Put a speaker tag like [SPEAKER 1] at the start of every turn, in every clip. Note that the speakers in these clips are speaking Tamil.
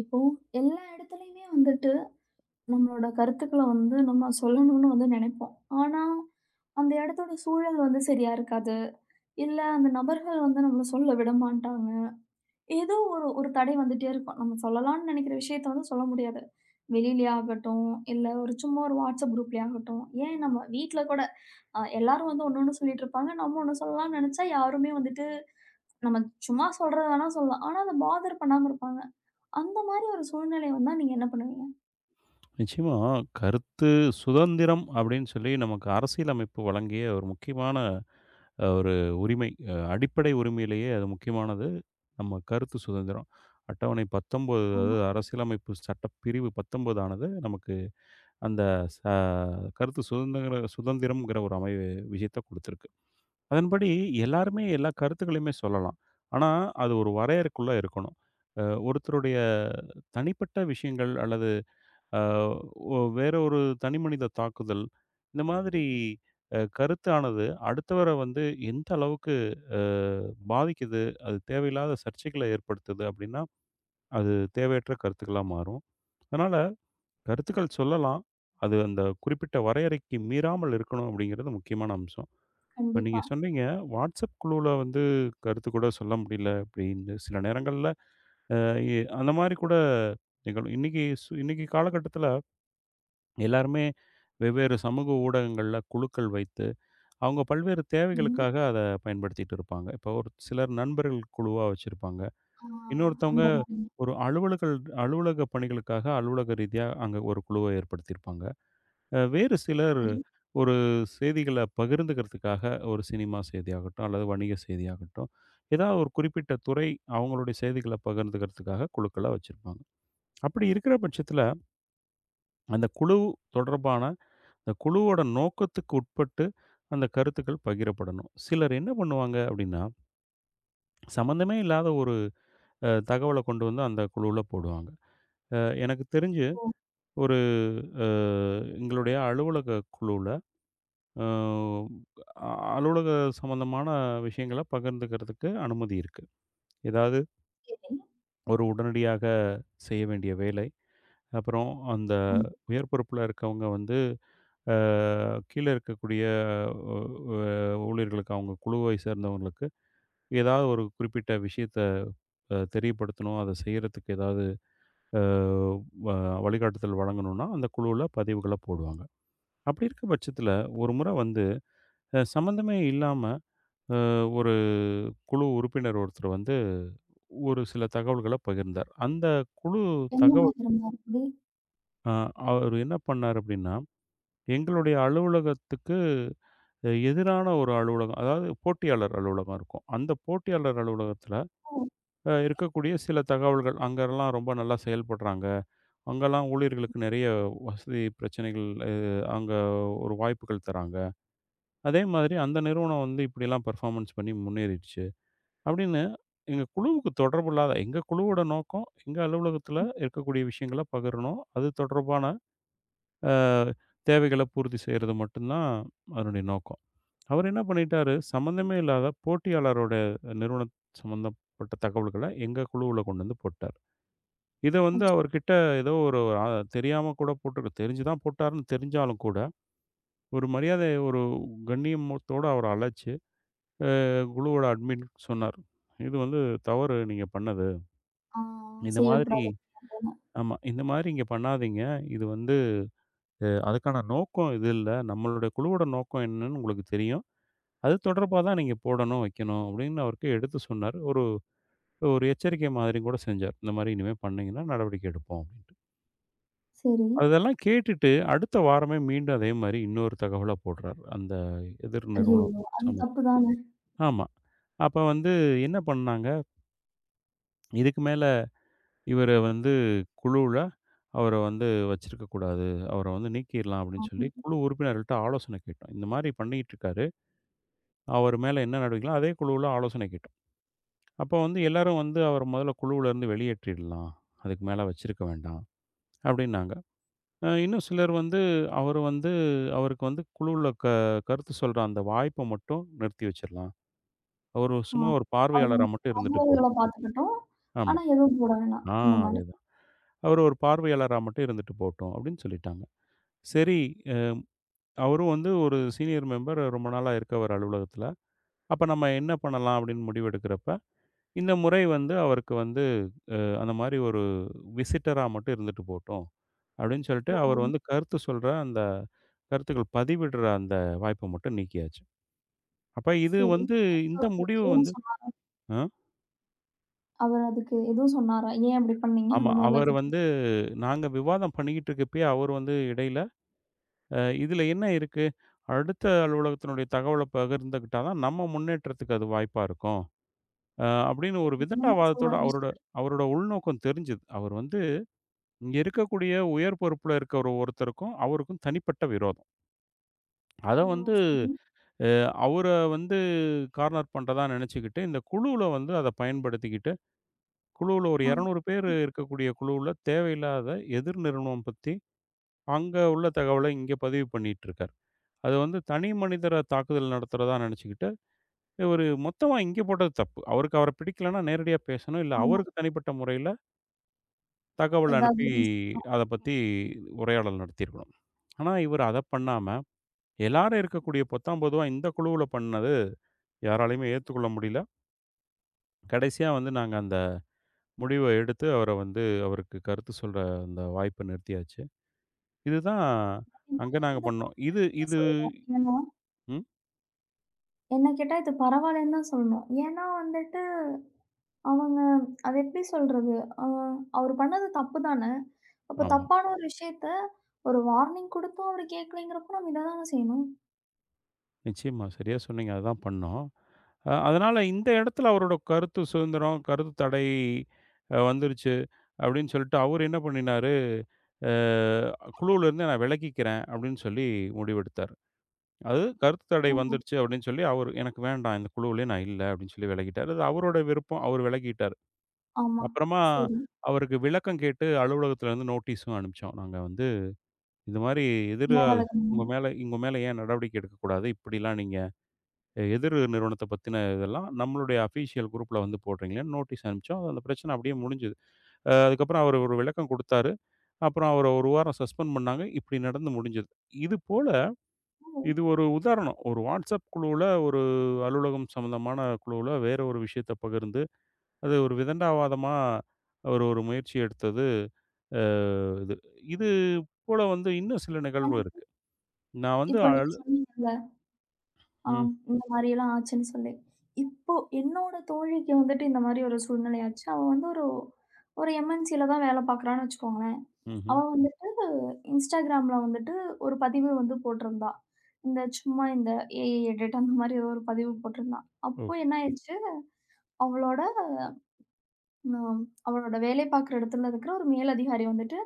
[SPEAKER 1] இப்போ எல்லா இடத்துலயுமே வந்துட்டு நம்மளோட கருத்துக்கள வந்து நம்ம சொல்லணும்னு வந்து நினைப்போம். ஆனா, அந்த இடத்தோட சூழல் வந்து சரியா இருக்காது. இல்ல அந்த நபர்கள் வந்து நம்மள சொல்ல விடமாட்டாங்க. ஏதோ ஒரு ஒரு தடை வந்துட்டே இருக்கும். நம்ம சொல்லலாம்னு நினைக்கிற விஷயத்த வந்து சொல்ல முடியாது. வெளியிலயே ஆகட்டும், இல்ல ஒரு சும்மா ஒரு WhatsApp குரூப்லயே ஆகட்டும், ஏன் நம்ம வீட்ல கூட எல்லாரும் வந்து ஒண்ணு, ஒண்ணு சொல்லிட்டு இருப்பாங்க. நம்ம ஒண்ணு சொல்லலாம்னு நினைச்சா யாருமே வந்துட்டு நம்ம சும்மா சொல்றது வேணா சொல்லலாம். ஆனா, அத பாதர் பண்ணாம இருப்பாங்க. அந்த மாரி ஒரு சூழ்நிலை வந்தா நீங்க என்ன பண்ணுவீங்க?
[SPEAKER 2] நிச்சயமா, கருத்து சுதந்திரம் அப்படின்னு சொல்லி நமக்கு அரசியலமைப்பு வழங்கிய ஒரு முக்கியமான ஒரு உரிமை. அடிப்படை உரிமையிலேயே அது முக்கியமானது. நம்ம கருத்து சுதந்திரம். அட்டவணை 19 அதாவது அரசியலமைப்பு சட்டப்பிரிவு 19 ஆனது நமக்கு அந்த ச கருத்து சுதந்திரம்ங்கிற ஒரு விஷயத்த குடுத்திருக்கு. அதன்படி எல்லாருமே எல்லா கருத்துக்களையுமே சொல்லலாம். ஆனா, அது ஒரு வரையறைக்குள்ள இருக்கணும். ஒருத்தருடைய தனிப்பட்ட விஷயங்கள் அல்லது அ வேற ஒரு தனி மனித தாக்குதல், இந்த மாதிரி கருத்தானது அடுத்தவர வந்து எந்த அளவுக்கு அ பாதிக்குது, அது தேவையில்லாத சர்ச்சைகள ஏற்படுத்துது அப்படின்னா, அது தேவையற்ற கருத்துக்களா மாறும். அதனால கருத்துக்கள் சொல்லலாம். அது அந்த குறிப்பிட்ட வரையறைக்கு மீறாமல் இருக்கணும் அப்படிங்கிறது முக்கியமான அம்சம். இப்ப
[SPEAKER 1] கண்டிப்பா.
[SPEAKER 2] நீங்க சொன்னீங்க, WhatsApp குழுவுல வந்து கருத்து கூட சொல்ல முடியல அப்படின்னு. சில நேரங்கள்ல அ அந்த மாரி கூட நிகழும். இன்னைக்கு காலகட்டத்தில எல்லாருமே வெவ்வேறு சமூக ஊடகங்கள்ல குழுக்கள் வைத்து, அவங்க பல்வேறு
[SPEAKER 1] ம்ஹ்ம்.
[SPEAKER 2] தேவைகளுக்காக அத பயன்படுத்திட்டு இருப்பாங்க. இப்போ ஒரு சிலர் நண்பர்கள் குழுவா வச்சிருப்பாங்க.
[SPEAKER 1] ஆ,
[SPEAKER 2] இன்னொருத்தவங்க
[SPEAKER 1] அந்த மாதிரி
[SPEAKER 2] ஒரு அலுவலகல் அலுவலக பணிகளுக்காக அலுவலக ரீதியா அங்க ஒரு குழுவ ஏற்படுத்தியிருப்பாங்க. வேறு சிலர் ஒரு செய்திகள பகிர்ந்துக்கிறதுக்காக ஒரு சினிமா செய்தியாகட்டும், அல்லது வணிக செய்தியாகட்டும், ஏதாவது ஒரு குறிப்பிட்ட துறை அவங்களுடைய செய்திகள பகிர்ந்துக்கிறதுக்காக குழுக்களா வச்சிருப்பாங்க. அப்படி இருக்கிற பட்சத்தில அந்த குழு தொடர்பான இந்த குழுவோட நோக்கத்துக்கு உட்பட்டு அந்த கருத்துக்கள் பகிரப்படணும். சிலர் என்ன பண்ணுவாங்க அப்படின்னா, சம்மந்தமே இல்லாத ஒரு தகவல கொண்டு வந்து அந்த குழுவுல போடுவாங்க. அ எனக்கு தெரிஞ்சு
[SPEAKER 1] இருக்கும்.
[SPEAKER 2] ஒரு அ எங்களுடைய அலுவலக குழுவுல அ அலுவலக சம்மந்தமான விஷயங்கள பகிர்ந்துக்கிறதுக்கு அனுமதி இருக்கு. ஏதாவது
[SPEAKER 1] சரி.
[SPEAKER 2] ஒரு உடனடியாக செய்ய வேண்டிய வேலை, அப்புறம் அந்த உயர் பொறுப்புல இருக்கவங்க வந்து அ கீழ இருக்கக்கூடிய அ ஊழியர்களுக்கு அவங்க குழுவை சேர்ந்தவங்களுக்கு ஏதாவது ஒரு குறிப்பிட்ட விஷயத்த தெரியப்படுத்தணும். அத செய்றதுக்கு ஏதாவது அ வ வழிகாட்டுதல் வழங்கணும்னா, அந்த குழுவுல பதிவுகள போடுவாங்க. அப்படி இருக்க பட்சத்துல, ஒரு முறை வந்து சம்மந்தமே இல்லாம அ ஒரு குழு உறுப்பினர் ஒருத்தர் வந்து ஒரு சில தகவல்கள பகிர்ந்தார். அந்த குழு
[SPEAKER 1] எந்த
[SPEAKER 2] தகவல்
[SPEAKER 1] மாதிரி இருந்தாலும் சரி,
[SPEAKER 2] அ அவரு என்ன பண்ணாரு அப்படின்னா, எங்களுடைய அலுவலகத்துக்கு எதிரான ஒரு அலுவலகம், அதாவது போட்டியாளர் அலுவலகம் இருக்கும். அந்த போட்டியாளர் அலுவலகத்துல இருக்கக்கூடிய சில தகவல்கள், அங்கலாம் ரொம்ப நல்லா செயல்படுறாங்க. அங்கலாம் ஊழியர்களுக்கு நெறைய வசதி பிரச்சனைகள் அங்க ஒரு வாய்ப்புகள் தராங்க. அதே மாதிரி அந்த நிறுவனம் வந்து இப்படிலாம் பெர்ஃபார்மன்ஸ் பண்ணி முன்னேறிடுச்சு. அப்படின்னு எங்க குழுவுக்கு தொடர்பு இல்லாத எங்க குழுவோட நோக்கம், எங்க அலுவலகத்தில இருக்கக்கூடிய விஷயங்கள பகிரணும். அது தொடர்பான அ தேவைகள பூர்த்தி செய்றது மட்டும் தான் அதனுடைய நோக்கம். அவர் என்ன பண்ணிட்டாரு, சம்மந்தமே இல்லாத போட்டியாளரோட நிறுவனம் சம்மந்தப்பட்ட தகவல்கள எங்க குழுவுல கொண்டு வந்து போட்டார். இத வந்து
[SPEAKER 1] அச்சோ!
[SPEAKER 2] அவர்கிட்ட ஏதோ ஒரு தெரியாம கூட போட்டுரு தெரிஞ்சு தான் போட்டாருன்னு தெரிஞ்சாலும் கூட, ஒரு மரியாதை ஒரு கண்ணியத்தோட அவர அழைச்சு, குழுவோட அட்மின் சொன்னார். "இது வந்து தவறு நீங்க பண்ணது.
[SPEAKER 1] ஆ,
[SPEAKER 2] இந்த மாதிரி
[SPEAKER 1] செய்யக்கூடாது போல.
[SPEAKER 2] ஆமா. இந்த மாதிரி இங்க பண்ணாதீங்க. இது வந்து அதுக்கான நோக்கம் இது இல்ல. நம்மளுடைய குழுவோட நோக்கம் என்னன்னு உங்களுக்கு தெரியும். அது தொடர்பா தான் நீங்க போடணும், வைக்கணும்." அப்படின்னு அவருக்கு எடுத்து சொன்னார். ஒரு ஒரு எச்சரிக்கை மாதிரியும் கூட செஞ்சார். இந்த மாரி இனிமே பண்ணீங்கன்னா நடவடிக்கை எடுப்போம் அப்படின்னு.
[SPEAKER 1] சரி.
[SPEAKER 2] அதெல்லாம் கேட்டுட்டு, அடுத்த வாரமே மீண்டும் அதே மாரி இன்னொரு தகவல போடுறாரு. அந்த எதிர் நிறுவனம்
[SPEAKER 1] ஐயய்யோ! அது
[SPEAKER 2] சம்மந்தம்.
[SPEAKER 1] தப்பு தானே!
[SPEAKER 2] ஆமா. அப்ப வந்து என்ன பண்ணாங்க, இதுக்கு மேல இவர வந்து குழுவுல அவர வந்து வச்சிருக்க கூடாது. அவர வந்து நீக்கிர்லாம் அப்படின்னு
[SPEAKER 1] ஆமா.
[SPEAKER 2] சொல்லி குழு உறுப்பினர்கள்ட்ட ஆலோசனை கேட்டோம். இந்த மாரி பண்ணிக்கிட்டு இருக்காரு. அவர் மேல என்ன நடவடிக்கைலாம் அதே குழுவுல ஆலோசனை கேட்டோம். அப்ப வந்து எல்லாரும் வந்து அவர முதல்ல குழுவுல இருந்து வெளியேற்றிடலாம். அதுக்கு மேல வச்சிருக்க வேண்டாம் அப்படின்னாங்க. இன்னும் சிலர் வந்து அவரு வந்து அவருக்கு வந்து குழுவுல க கருத்து சொல்ற அந்த வாய்ப்ப மட்டும் நிறுத்தி வச்சிரலாம். அவரு
[SPEAKER 1] ஆ,
[SPEAKER 2] சும்மா ஒரு
[SPEAKER 1] அவங்க
[SPEAKER 2] பார்வையாளரா
[SPEAKER 1] வந்து
[SPEAKER 2] மட்டும் இருந்துட்டு
[SPEAKER 1] தகவல்கள பார்த்துக்கிட்டோம்.
[SPEAKER 2] ஆமா.
[SPEAKER 1] ஆனா எதுவும் போட வேணாம்.
[SPEAKER 2] ஆ.
[SPEAKER 1] அந்த மாதிரி.
[SPEAKER 2] அதேதான். அவரு ஒரு பார்வையாளரா மட்டும் இருந்துட்டு போட்டும் அப்படின்னு சொல்லிட்டாங்க. சரி. அ அவரும் வந்து ஒரு சீனியர் மெம்பர் ரொம்ப நாளா இருக்கவரு அலுவலகத்துல. அப்ப நம்ம என்ன பண்ணலாம் அப்படின்னு முடிவெடுக்கிறப்ப, இந்த முறை வந்து அவருக்கு வந்து அந்த மாரி ஒரு விசிட்டரா மட்டும் இருந்துட்டு போட்டும் அப்படின்னு சொல்லிட்டு,
[SPEAKER 1] ஓ!
[SPEAKER 2] அவர் வந்து கருத்துக்கள் பதிவிடுற அந்த வாய்ப்ப மட்டும் நீக்கியாச்சு. அப்ப இது
[SPEAKER 1] சரி.
[SPEAKER 2] வந்து
[SPEAKER 1] அதுக்கு
[SPEAKER 2] இந்த
[SPEAKER 1] அவரு
[SPEAKER 2] முடிவு
[SPEAKER 1] எதுவும்
[SPEAKER 2] வந்து
[SPEAKER 1] சொன்னா
[SPEAKER 2] அ
[SPEAKER 1] அவரு அதுக்கு எதுவும் சொன்னாரா? ஏன் அப்படி பண்ணீங்க?
[SPEAKER 2] ஆமா.
[SPEAKER 1] அந்த மாதிரிலாம்
[SPEAKER 2] அவரு
[SPEAKER 1] எதுவும்
[SPEAKER 2] வந்து
[SPEAKER 1] கேட்டாரா?
[SPEAKER 2] நாங்க விவாதம் பண்ணிக்கிட்டு இருக்கப்பயே, அவரு வந்து இடையில, "அ இதுல என்ன இருக்கு? அடுத்த அலுவலகத்தினுடைய தகவல பகிர்ந்துக்கிட்டா தான் நம்ம முன்னேற்றத்துக்கு அது வாய்ப்பா இருக்கும்." அப்படின்னு ஒரு
[SPEAKER 1] அந்த மாதிரி சொல்ல
[SPEAKER 2] விதண்டாவாதத்தோட அவரோட
[SPEAKER 1] ஆரம்பிச்சுட்டாரு.
[SPEAKER 2] அவரோட உள்நோக்கம் தெரிஞ்சது. அவர் வந்து இங்க இருக்கக்கூடிய உயர் பொறுப்புல இருக்கிற ஒருத்தருக்கும், அவருக்கும் தனிப்பட்ட விரோதம். அத
[SPEAKER 1] ஓ!
[SPEAKER 2] வந்து
[SPEAKER 1] சரி.
[SPEAKER 2] அ அவர வந்து கார்னர் பண்றதா நினைச்சுக்கிட்டு, இந்த குழுவுல வந்து அத பயன்படுத்திக்கிட்டு குழுவுல ஒரு
[SPEAKER 1] ஆ.
[SPEAKER 2] 200 பேர்
[SPEAKER 1] ம்.
[SPEAKER 2] இருக்கக்கூடிய குழுவுல தேவையில்லாத எதிர் நிறுவனம் பத்தி, அங்க உள்ள தகவல இங்க பதிவு பண்ணிட்டுருக்காரு. அது வந்து தனி மனிதர தாக்குதல் நடத்துறதா நெனச்சுக்கிட்டு, இவரு மொத்தமா இங்க போட்டது தப்பு. அவருக்கு அவர பிடிக்கலன்னா நேரடியா பேசணும். இல்ல
[SPEAKER 1] ஆமா.
[SPEAKER 2] அவருக்கு தனிப்பட்ட முறையில தகவல்
[SPEAKER 1] ஏதாவது
[SPEAKER 2] அனுப்பி
[SPEAKER 1] பேசியிருப்பாங்க.
[SPEAKER 2] அத பத்தி உரையாடல் நடத்தியிருக்கணும். ஆனா இவரு அத பண்ணாம, எல்லாரும் இருக்கக்கூடிய பொத்தாம் பொதுவா இந்த குழுவுல பண்ணது யாராலயுமே ஏத்துக்கொள்ள முடியல. கடைசியா வந்து நாங்க அந்த முடிவ எடுத்து அவர வந்து அவருக்கு கருத்து சொல்ற அந்த வாய்ப்ப நிறுத்தியாச்சு. இதுதான்
[SPEAKER 1] ஏன்னா
[SPEAKER 2] அங்க நாங்க
[SPEAKER 1] இத
[SPEAKER 2] பண்ணோம்.
[SPEAKER 1] பத்தி
[SPEAKER 2] இது
[SPEAKER 1] தான்
[SPEAKER 2] இது
[SPEAKER 1] சொல்றேன். ஏன்னா
[SPEAKER 2] ம்.
[SPEAKER 1] என்ன கேட்டா இது பரவாயில்லன்னு தான் சொல்லணும். ஏன்னா வந்துட்டு, அவங்க அது எப்படி சொல்றது? அ அவரு பண்ணது தப்பு தானே. அப்ப
[SPEAKER 2] ஆமா.
[SPEAKER 1] தப்பான ஒரு விஷயத்த ஒரு வார்னிங் குடுத்தும் அவரு கேட்கலைங்கிறப்போ நம்ம இத தானே செய்யணும்.
[SPEAKER 2] நிச்சயமா. சரியா சொன்னீங்க. அதுதான் பண்ணோம். அதனால இந்த இடத்துல அவரோட கருத்து சுதந்திரம், கருத்து தடை வந்துருச்சு அப்படின்னு சொல்லிட்டு அவரு என்ன பண்ணினாரு, அ குழுவிலிருந்து நான் விலக்கிக்கிறேன் அப்படின்னு சொல்லி முடிவெடுத்தாரு. அது கருத்து தடை
[SPEAKER 1] ஆமா,
[SPEAKER 2] வந்துருச்சு அப்படின்னு சொல்லி அவரு எனக்கு வேண்டாம் இந்த குழுவிலே நான் இல்ல அப்படின்னு சொல்லி விலகிட்டாரு. அது அவரோட விருப்பம். அவரு விலகிட்டாரு.
[SPEAKER 1] ஆமா.
[SPEAKER 2] அப்புறமா
[SPEAKER 1] சரி.
[SPEAKER 2] அவருக்கு விளக்கம் கேட்டு அலுவலகத்திலிருந்து நோட்டீஸும் அனுப்பிச்சோம். நாங்க வந்து இது மாரி
[SPEAKER 1] ஏன்
[SPEAKER 2] எதிரா உங்க
[SPEAKER 1] விலகணும்னா,
[SPEAKER 2] மேல உங்க மேல ஏன் நடவடிக்கை எடுக்கக்கூடாது? இப்படிலாம் நீங்க எதிர் நிறுவனத்த பத்தின இதெல்லாம் நம்மளுடைய அஃபிஷியல் குரூப்ல வந்து போடுறீங்களேன்னு நோட்டீஸ் அனுப்பிச்சோம். அந்த பிரச்சனை அப்படியே முடிஞ்சது. அதுக்கப்புறம் அவரு ஒரு விளக்கம் குடுத்தாரு. அப்புறம் அவர 1 வாரம் சஸ்பெண்ட் பண்ணாங்க. இப்படி நடந்து முடிஞ்சது. இது போல இது ஒரு உதாரணம். ஒரு WhatsApp குழுவுல ஒரு அலுவலகம் சம்மந்தமான குழுவுல வேற ஒரு விஷயத்த பகிர்ந்து, அது ஒரு விதண்டாவாதமா ஒரு ஒரு முயற்சி எடுத்தது அ இது. இது போல வந்து இன்னும் சில நிகழ்வு
[SPEAKER 1] எனக்கு
[SPEAKER 2] இருக்கு. நான் வந்து
[SPEAKER 1] இப்போ நீங்க சொன்னீங்கல்ல,
[SPEAKER 2] ம்.
[SPEAKER 1] ஆம், இந்த மாரியெல்லாம் ஆச்சுன்னு சொல்லி. இப்போ என்னோட தோழிக்கு வந்துட்டு இந்த மாரி ஒரு சூழ்நிலை ஆச்சு. அவ வந்து ஒரு ஒரு எம்என்சில தான் வேலை பார்க்குறான்னு வச்சுக்கோங்களேன்.
[SPEAKER 2] ம்ஹ்ம்.
[SPEAKER 1] அவ வந்து இன்ஸ்டாகிராம்ல வந்துட்டு ஒரு பதிவு வந்து போட்டிருந்தா. இந்த சும்மா இந்த ஏஐ எடிட் அந்த மாரி ஏதோ ஒரு பதிவு போட்டிருந்தா.
[SPEAKER 2] ஓ!
[SPEAKER 1] அப்போ என்ன ஆயிருச்சு, அவளோட ம் அவளோட வேலை பார்க்குற இடத்துல இருக்கிற ஒரு மேலதிகாரி வந்துட்டு,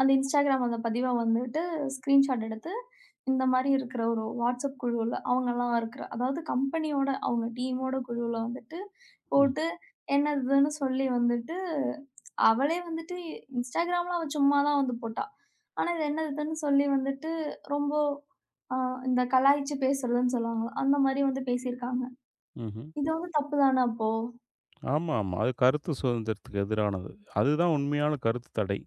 [SPEAKER 1] அந்த இன்ஸ்டாகிராம் அந்த பதிவ வந்துட்டு ஸ்க்ரீன்ஷாட் எடுத்து, இந்த மாரி இருக்கிற ஒரு வாட்ஸ்அப் குழுவுல அவங்கலாம் இருக்கிற அதாவது கம்பெனியோட அவங்க டீமோட குழுவுல வந்துட்டு
[SPEAKER 2] ம்.
[SPEAKER 1] போட்டு, என்னதுன்னு சொல்லி வந்துட்டு அவளே வந்துட்டு இன்ஸ்டாகிராம்ல அவ சும்மா தான் வந்து போட்டா. ஆனா, இது என்னதுன்னு சொல்லி வந்துட்டு ரொம்ப ஆ இந்த கலாய்ச்சு பேசுறதுன்னு சொல்லுவாங்கல்ல, அந்த மாரி வந்து பேசியிருக்காங்க.
[SPEAKER 2] ம்ஹ்ம்.
[SPEAKER 1] இது வந்து தப்பு தானே அப்போ?
[SPEAKER 2] ஆமா, ஆமா. அது கருத்து சுதந்திரத்துக்கு எதிரானது. அதுதான் உண்மையான கருத்து தடை.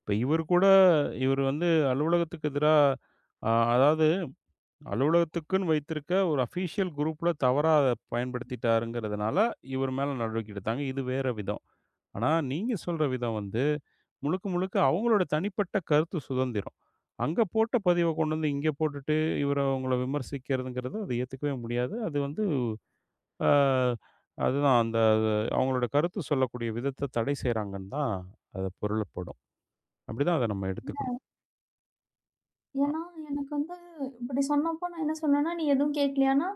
[SPEAKER 2] இப்ப இவரு கூட இவரு வந்து அலுவலகத்துக்கு எதிரா அதாவது அலுவலகத்துக்குன்னு வைத்திருக்க ஒரு அஃபிஷியல் குரூப்ல தவறா அத பயன்படுத்திட்டாருங்கிறதுனால, இவர் மேல நடவடிக்கை எடுத்தாங்க. இது வேற விதம். ஆனா, நீங்க சொல்ற விதம் வந்து முழுக்க, முழுக்க அவங்களோட தனிப்பட்ட கருத்து சுதந்திரம். அங்க போட்ட பதிவ கொண்டு வந்து இங்க போட்டுட்டு, இவர அவங்கள விமர்சிக்கிறதுங்கிறது, அத ஏத்துக்கவே முடியாது. அது வந்து அ அது அவங்களோட கருத்து சொல்லக்கூடிய விதத்த தடை செய்றாங்கன்னு தான் அது பொருளப்படும். அப்படிதான் அத நம்ம எடுத்துக்கணும். அ
[SPEAKER 1] ஏன்னா, எனக்கு வந்து இப்டி சொன்னப்போ நான் என்ன சொன்னேன்னா, "நீ எதுவும் கேட்கலையான்னா?"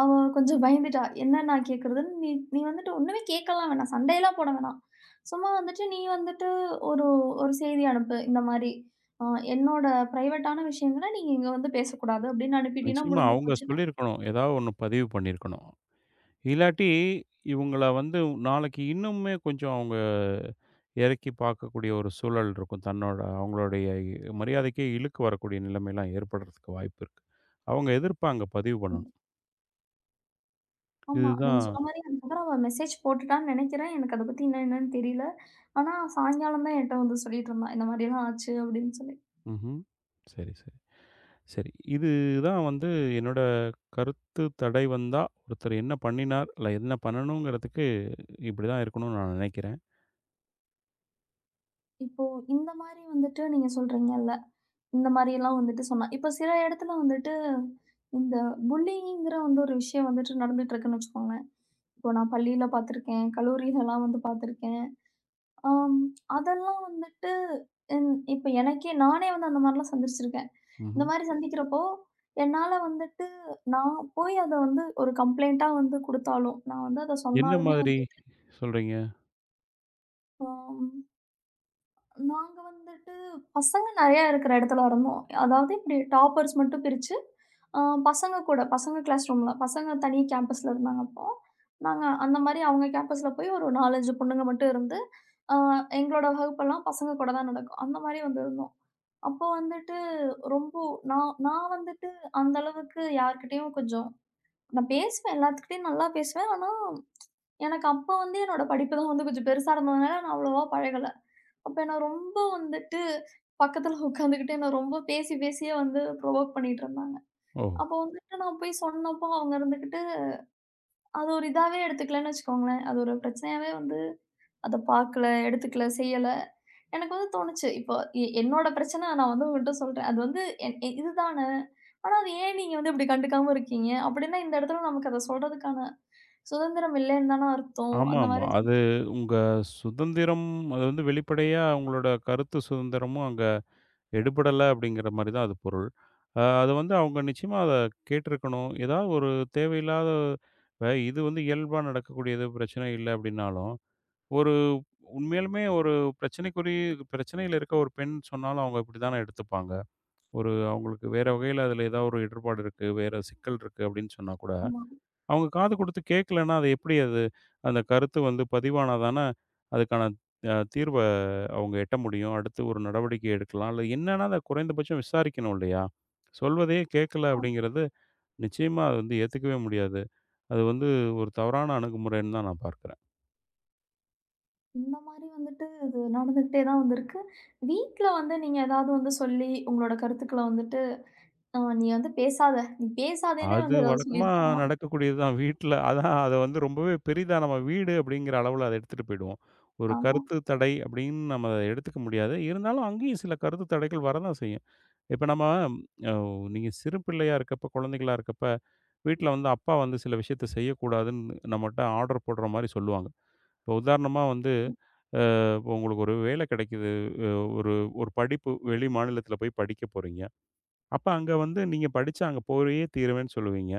[SPEAKER 1] அவ கொஞ்சம் பயந்துட்டா. "என்ன நான் கேட்கறதுன்னு?" "நீ நீ வந்துட்டு ஒண்ணுமே கேட்கலாம் வேணாம். சண்டையெல்லாம் போட வேணாம். சும்மா வந்துட்டு நீ வந்துட்டு ஒரு ஒரு செய்தி அனுப்பு. இந்த மாரி, அ என்னோட பிரைவேட்டான விஷயங்கள நீங்க இங்க வந்து பேசக்கூடாது" அப்டின்னு அனுப்பிட்டீன்னா
[SPEAKER 2] நிச்சயமா
[SPEAKER 1] முடிஞ்சு
[SPEAKER 2] அவங்க
[SPEAKER 1] போச்சுன்னு.
[SPEAKER 2] சொல்லியிருக்கணும். ஏதாவது ஒண்ணு பதிவு பண்ணியிருக்கணும். இல்லாட்டி இவங்கள வந்து நாளைக்கு இன்னுமே கொஞ்சம் அவங்க இறக்கி பார்க்கக்கூடிய ஒரு சூழல் இருக்கும். தன்னோட அவங்களுடைய மரியாதைக்கே இழுக்கு வரக்கூடிய நிலைமைலாம் ஏற்படுறதுக்கு வாய்ப்பு இருக்கு. அவங்க எதிர்ப்பாங்க பதிவு பண்ணணும்.
[SPEAKER 1] ஆமா. நீங்க
[SPEAKER 2] இதுதான்.
[SPEAKER 1] சொன்ன மாரி அதுக்கப்புறம் அவ மெசேஜ் போட்டுட்டான்னு நெனைக்கிறேன். எனக்கு அத பத்தி என்ன என்னன்னு தெரியல. ஆனா சாயங்காலம் தான் என்ட்ட வந்து சொல்லிட்டுருந்தா. இந்த மாரிலாம் ஆச்சு அப்படின்னு சொல்லி.
[SPEAKER 2] ம்ஹ்ம். சரி, சரி. சரி. இதுதான் வந்து என்னோட கருத்து தடை வந்தா, ஒருத்தர் என்ன பண்ணினார், இல்ல என்ன பண்ணணுங்கிறதுக்கு இப்படிதான் இருக்கணும்னு நான் நினைக்கிறேன்.
[SPEAKER 1] இப்போ இந்த மாரி வந்துட்டு நீங்க சொல்றீங்கல்ல. இந்த மாரியெல்லாம் வந்துட்டு சொன்னா. இப்போ சில இடத்துல வந்துட்டு இந்த புல்லிங்கிற வந்து ஒரு விஷயம் வந்துட்டு நடந்துட்டு இருக்குன்னு வச்சுக்கோங்களேன். இப்போ நான் பள்ளியில பார்த்துருக்கேன். கல்லூரிலலாம் வந்து பார்த்துருக்கேன். ஆம். அதெல்லாம் வந்துட்டு என் இப்ப எனக்கே நானே வந்து அந்த மாரிலாம் சந்திச்சிருக்கேன். இந்த
[SPEAKER 2] ம்ஹ்ம்.
[SPEAKER 1] மாரி சந்திக்கிறப்போ, என்னால வந்துட்டு நான் போய் அத வந்து ஒரு கம்ப்ளைண்ட்டா வந்து குடுத்தாலும், நான் வந்து அத
[SPEAKER 2] என்ன
[SPEAKER 1] சொன்னாலுமே
[SPEAKER 2] மாதிரி
[SPEAKER 1] வந்து,
[SPEAKER 2] சொல்றீங்க?
[SPEAKER 1] ஆம். நாங்க வந்துட்டு பசங்க நெறையா இருக்கிற இடத்துல இருந்தோம். அதாவது இப்டி டாப்பர்ஸ் மட்டும் பிரிச்சு, அ பசங்க கூட பசங்க கிளாஸ் ரூம்ல பசங்க தனி கேம்பஸ்ல இருந்தாங்க அப்போ. நாங்க அந்த மாரி அவங்க கேம்பஸ்ல போய் ஒரு 4, 5 பொண்ணுங்க மட்டும் இருந்து, அ எங்களோட வகுப்பெல்லாம் பசங்க கூட தான் நடக்கும். அந்த மாரி வந்திருந்தோம். அப்போ வந்துட்டு ரொம்ப நான் நான் வந்துட்டு அந்த அளவுக்கு யார்கிட்டயும் கொஞ்சம் நான் பேசுவேன். எல்லாத்துக்கிட்டயும் நல்லா பேசுவேன். ஆனா, எனக்கு அப்ப வந்து என்னோட படிப்பு தான் வந்து கொஞ்சம் பெருசா இருந்ததுனால, நான் அவ்வளவா பழகல. அப்ப என்ன ரொம்ப வந்துட்டு பக்கத்துல உட்காந்துக்கிட்டு என்ன ரொம்ப பேசி பேசியே வந்து ப்ரொவோக் பண்ணிட்டு இருந்தாங்க.
[SPEAKER 2] ஓ!
[SPEAKER 1] அப்போ வந்துட்டு நான் போய் சொன்னப்போ, அவங்க இருந்துகிட்டு அது ஒரு இதாவே எடுத்துக்கலன்னு வச்சுக்கோங்களேன். அது ஒரு பிரச்சனையாவே வந்து அத பார்க்கல, எடுத்துக்கல, செய்யல. எனக்கு வந்து தோணுச்சு, இப்போ என்னோட பிரச்சனை நான் வந்து உங்ககிட்ட சொல்றேன். அது வந்து இதுதானே! ஆனா, அது ஏன் நீங்க வந்து இப்படி கண்டுக்காம இருக்கீங்க? அப்படின்னா, இந்த இடத்துல நமக்கு அத சொல்றதுக்கான சுதந்திரம் இல்லன்னு தான அர்த்தம். அந்த
[SPEAKER 2] ஆமாமா.
[SPEAKER 1] மாரி
[SPEAKER 2] அது உங்க சுதந்திரம். அது வந்து வெளிப்படையா உங்களோட கருத்து சுதந்திரமும் அங்க எடுபடல அப்படிங்கிற மாரி தான் அது பொருள். அது வந்து அவங்க நிச்சயமா அத கேட்டிருக்கணும். ஏதாவது ஒரு தேவையில்லாத இப்ப இது வந்து இயல்பா நடக்கக்கூடியது பிரச்சனை இல்ல அப்படின்னாலும், ஒரு உண்மையாலுமே ஒரு பிரச்சனைக்குரிய பிரச்சனையில இருக்க ஒரு பெண் சொன்னாலும் அவங்க இப்படித்தானே எடுத்துப்பாங்க. ஒரு அவங்களுக்கு வேற வகையில அதில ஏதாவது ஒரு இடர்பாடு இருக்கு, வேற சிக்கல் இருக்கு அப்படின்னு சொன்னா கூட,
[SPEAKER 1] ஆமா.
[SPEAKER 2] அவங்க காது குடுத்து கேட்கலன்னா, அது அந்த கருத்து வந்து பதிவானா தானே அதுக்கான தீர்வ அவங்க எட்ட முடியும். அடுத்து ஒரு நடவடிக்கை எடுக்கலாம். இல்ல என்னன்னா அத குறைந்தபட்சம் விசாரிக்கணும் இல்லையா? சொல்வதையே கேட்கல அப்படிங்கிறது நிச்சயமா அது வந்து ஏத்துக்கவே முடியாது. அது வந்து ஒரு தவறான அணுகுமுறைன்னு தான் நான் பார்க்கிறேன்.
[SPEAKER 1] இந்த மாரி வந்துட்டு இது நடந்துகிட்டே தான் வந்திருக்கு. வீட்ல வந்து நீங்க ஏதாவது வந்து சொல்லி, உங்களோட கருத்துக்கள வந்துட்டு, நீ வந்து பேசாத. நீ பேசாதேன்னே"
[SPEAKER 2] அது
[SPEAKER 1] வந்து ஏதாவது
[SPEAKER 2] வழக்கமா
[SPEAKER 1] சொல்லியிருக்காங்களா?
[SPEAKER 2] நடக்கக்கூடியது தான். வீட்ல அதான் அத வந்து ரொம்பவே பெரிதா நம்ம வீடு அப்படிங்கிற அளவுல அத எடுத்துட்டு போயிடுவோம். ஒரு
[SPEAKER 1] ஆமா,
[SPEAKER 2] கருத்து தடை அப்படின்னு நம்ம அத எடுத்துக்க முடியாது. இருந்தாலும் அங்கேயும் சில கருத்து தடைகள் வரதான் செய்யும். இப்ப நம்ம அ நீங்க சிறு பிள்ளையா இருக்கப்ப, குழந்தைகளா இருக்கப்ப, வீட்ல வந்து அப்பா வந்து சில விஷயத்த செய்யக்கூடாதுன்னு நம்மட்ட ஆர்டர் போடுற மாரி சொல்லுவாங்க. இப்போ உதாரணமா வந்து இப்போ உங்களுக்கு ஒரு வேலை கிடைக்குது. அ ஒரு ஒரு படிப்பு வெளி மாநிலத்தில போய் படிக்க போறீங்க. அப்ப அங்க வந்து நீங்க படிச்சு அங்க போயே தீருவேன்னு சொல்லுவீங்க.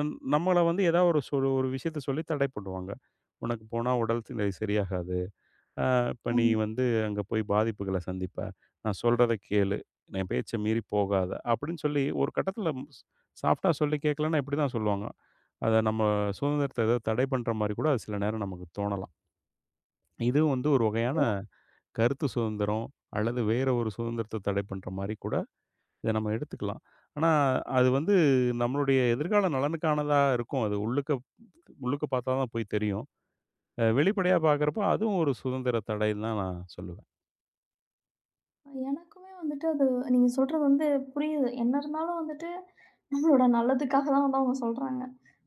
[SPEAKER 2] நம்மள வந்து ஏதாவது ஒரு சொல் ஒரு விஷயத்த சொல்லி தடை பண்ணுவாங்க. "உனக்கு போனா உடல் நிலை சரியாகாது. அ இப்ப நீ
[SPEAKER 1] ஆமா.
[SPEAKER 2] வந்து அங்க போய் பாதிப்புகள சந்திப்ப. நான் சொல்றத கேளு. என் பேச்ச மீறி போகாத." அப்படின்னு சொல்லி ஒரு கட்டத்தில ஸ் சாஃப்ட்டா சொல்லி கேட்கலன்னா இப்படி தான் சொல்லுவாங்க. அத நம்ம சுதந்திரத்த ஏதோ தடை பண்ற மாரி கூட அது சில நேரம் நமக்கு தோணலாம். இது வந்து ஒரு வகையான கருத்து சுதந்திரம் அல்லது வேற ஒரு சுதந்திரத்த தடை பண்ற மாரி கூட இத நம்ம எடுத்துக்கலாம். ஆனா, அது வந்து நம்மளுடைய எதிர்கால நலனுக்கானதா இருக்கும். அது உள்ளுக்க உள்ளுக்க பார்த்தா தான் போய் தெரியும். வெளிப்படையா பார்க்குறப்போ, அதுவும் ஒரு சுதந்திர தடைன்னு தான் நான் சொல்லுவேன்.
[SPEAKER 1] எனக்குமே வந்துட்டு அது நீங்க சொல்றது வந்து புரியுது. என்ன இருந்தாலும் வந்துட்டு நம்மளோட நல்லதுக்காக தான் வந்து அவங்க சொல்றாங்க.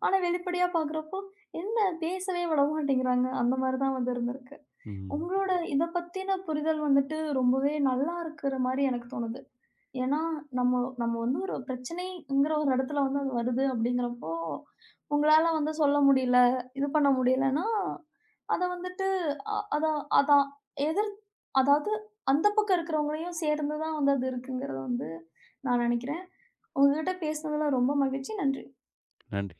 [SPEAKER 1] ஆனா வெளிப்படையா பார்க்குறப்போ, என்ன பேசவே விட மாட்டேங்கிறாங்க. அந்த மாரி தான் வந்து இருந்திருக்கு.
[SPEAKER 2] ம்.
[SPEAKER 1] உங்களோட இத பத்தின புரிதல் வந்துட்டு ரொம்பவே நல்லா இருக்கிற மாரி எனக்கு தோணுது. ஏன்னா, நம்ம நம்ம வந்து ஒரு பிரச்சனைங்கிற ஒரு இடத்துல வந்து அது வருது அப்படிங்கிறப்போ, உங்களால வந்து சொல்ல முடியல, இது பண்ண முடியலன்னா, அத வந்துட்டு அ அத அதான் எதிர் அதாவது அந்த பக்கம் இருக்கிறவங்களையும் சேர்ந்து தான் வந்து அது இருக்குங்கிறத வந்து நான் நினைக்கிறேன். உங்ககிட்ட பேசினதுல ரொம்ப மகிழ்ச்சி. நன்றி.
[SPEAKER 2] நன்றி.